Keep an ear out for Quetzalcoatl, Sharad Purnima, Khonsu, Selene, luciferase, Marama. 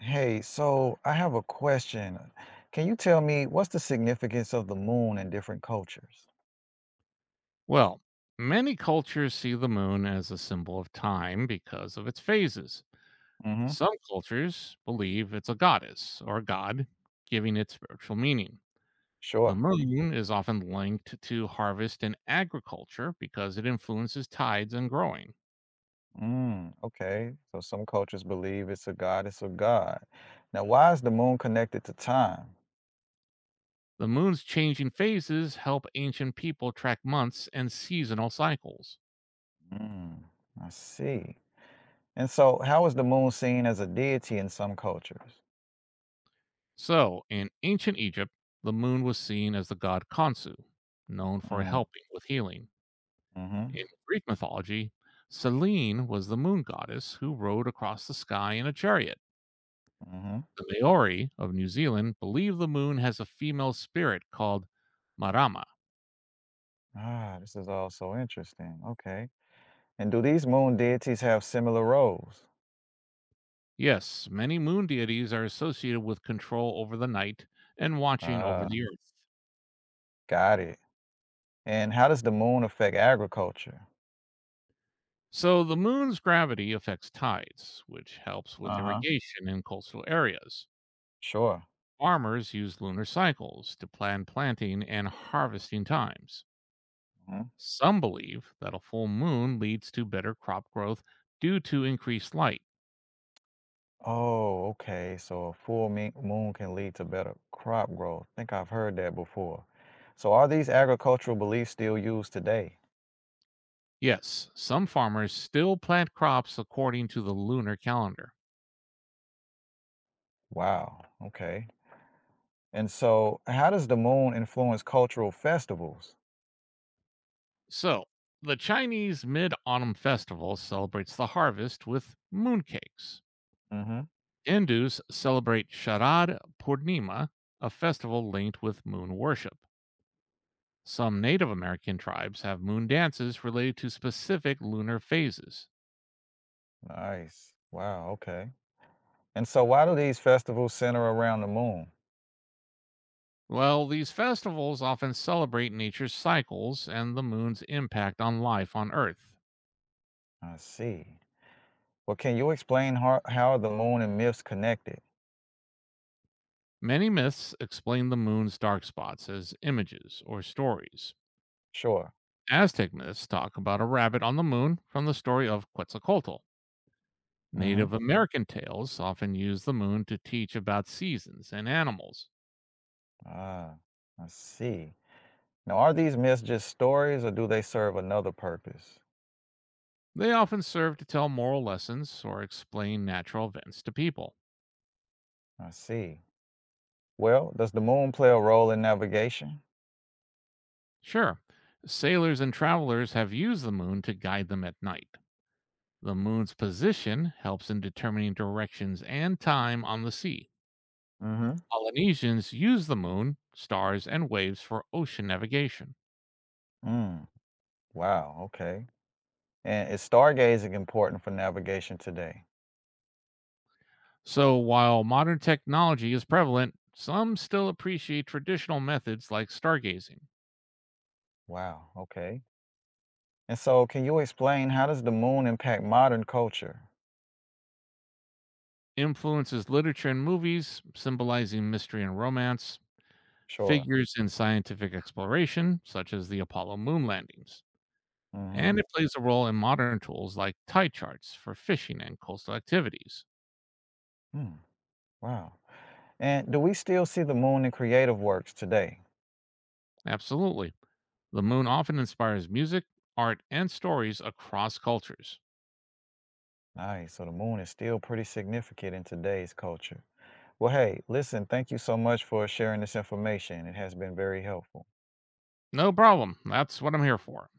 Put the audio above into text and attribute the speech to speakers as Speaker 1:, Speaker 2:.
Speaker 1: Hey, so I have a question. Can you tell me what's the significance of the moon in different cultures?
Speaker 2: Well, many cultures see the moon as a symbol of time because of its phases.
Speaker 1: Hmm.
Speaker 2: Some cultures believe it's a goddess or god, giving it spiritual meaning. The
Speaker 1: Sure.
Speaker 2: moon is often linked to harvest and agriculture because it influences tides and growing.
Speaker 1: Mm, okay. So some cultures believe it's a goddess or god. Now, why is the moon connected to time?
Speaker 2: The moon's changing phases help ancient people track months and seasonal cycles.
Speaker 1: Mm, I see. And so, how is the moon seen as a deity in some cultures?
Speaker 2: So, in ancient Egypt, the moon was seen as the god Khonsu, known for
Speaker 1: Mm,
Speaker 2: helping with healing.
Speaker 1: mm-hmm.
Speaker 2: In Greek mythology, Selene was the moon goddess who rode across the sky in a chariot.
Speaker 1: Mm-hmm.
Speaker 2: The Maori of New Zealand believe the moon has a female spirit called Marama.
Speaker 1: Ah, this is all so interesting. Okay. And do these moon deities have similar roles?
Speaker 2: Yes, many moon deities are associated with control over the night and watching over
Speaker 1: Ah,
Speaker 2: the earth.
Speaker 1: got it. And how does the moon affect agriculture?
Speaker 2: So the moon's gravity affects tides, which helps with
Speaker 1: Uh-huh.
Speaker 2: irrigation in coastal areas.
Speaker 1: Sure.
Speaker 2: Farmers use lunar cycles to plan planting and harvesting times.
Speaker 1: Mhm.
Speaker 2: Some believe that a full moon leads to better crop growth due to increased light.
Speaker 1: Oh, okay. So a full moon can lead to better crop growth. I think I've heard that before. So are these agricultural beliefs still used today?
Speaker 2: Yes, some farmers still plant crops according to the lunar calendar.
Speaker 1: Wow. Okay. And so how does the moon influence cultural festivals?
Speaker 2: So, the Chinese Mid Autumn Festival celebrates the harvest with mooncakes.
Speaker 1: Mm-hmm.
Speaker 2: Hindus celebrate Sharad Purnima, a festival linked with moon worship. Some Native American tribes have moon dances related to specific lunar phases.
Speaker 1: Nice. Wow. Okay. And so why do these festivals center around the moon?
Speaker 2: Well, these festivals often celebrate nature's cycles and the moon's impact on life on Earth.
Speaker 1: I see. Well, can you explain how the moon and myths connected?
Speaker 2: Many myths explain the moon's dark spots as images or stories.
Speaker 1: Sure.
Speaker 2: Aztec myths talk about a rabbit on the moon from the story of Quetzalcoatl.
Speaker 1: Mm-hmm.
Speaker 2: Native American tales often use the moon to teach about seasons and animals.
Speaker 1: Ah, I see. Now, are these myths just stories or do they serve another purpose?
Speaker 2: They often serve to tell moral lessons or explain natural events to people.
Speaker 1: I see. Well, does the moon play a role in navigation?
Speaker 2: Sure, sailors and travelers have used the moon to guide them at night. The moon's position helps in determining directions and time on the sea.
Speaker 1: Mm-hmm.
Speaker 2: Polynesians use the moon, stars, and waves for ocean navigation.
Speaker 1: Mm. Wow, okay. And is stargazing important for navigation today?
Speaker 2: So, while modern technology is prevalent, some still appreciate traditional methods like stargazing.
Speaker 1: Wow, okay. And so can you explain how does the moon impact modern culture?
Speaker 2: Influences literature and movies, symbolizing mystery and romance,
Speaker 1: Sure.
Speaker 2: figures in scientific exploration, such as the Apollo moon landings.
Speaker 1: Mm-hmm.
Speaker 2: And it plays a role in modern tools like tide charts for fishing and coastal activities.
Speaker 1: Mm. Wow. And do we still see the moon in creative works today?
Speaker 2: Absolutely. The moon often inspires music, art, and stories across cultures.
Speaker 1: Nice. So the moon is still pretty significant in today's culture. Well, hey, listen, thank you so much for sharing this information. It has been very helpful.
Speaker 2: No problem. That's what I'm here for.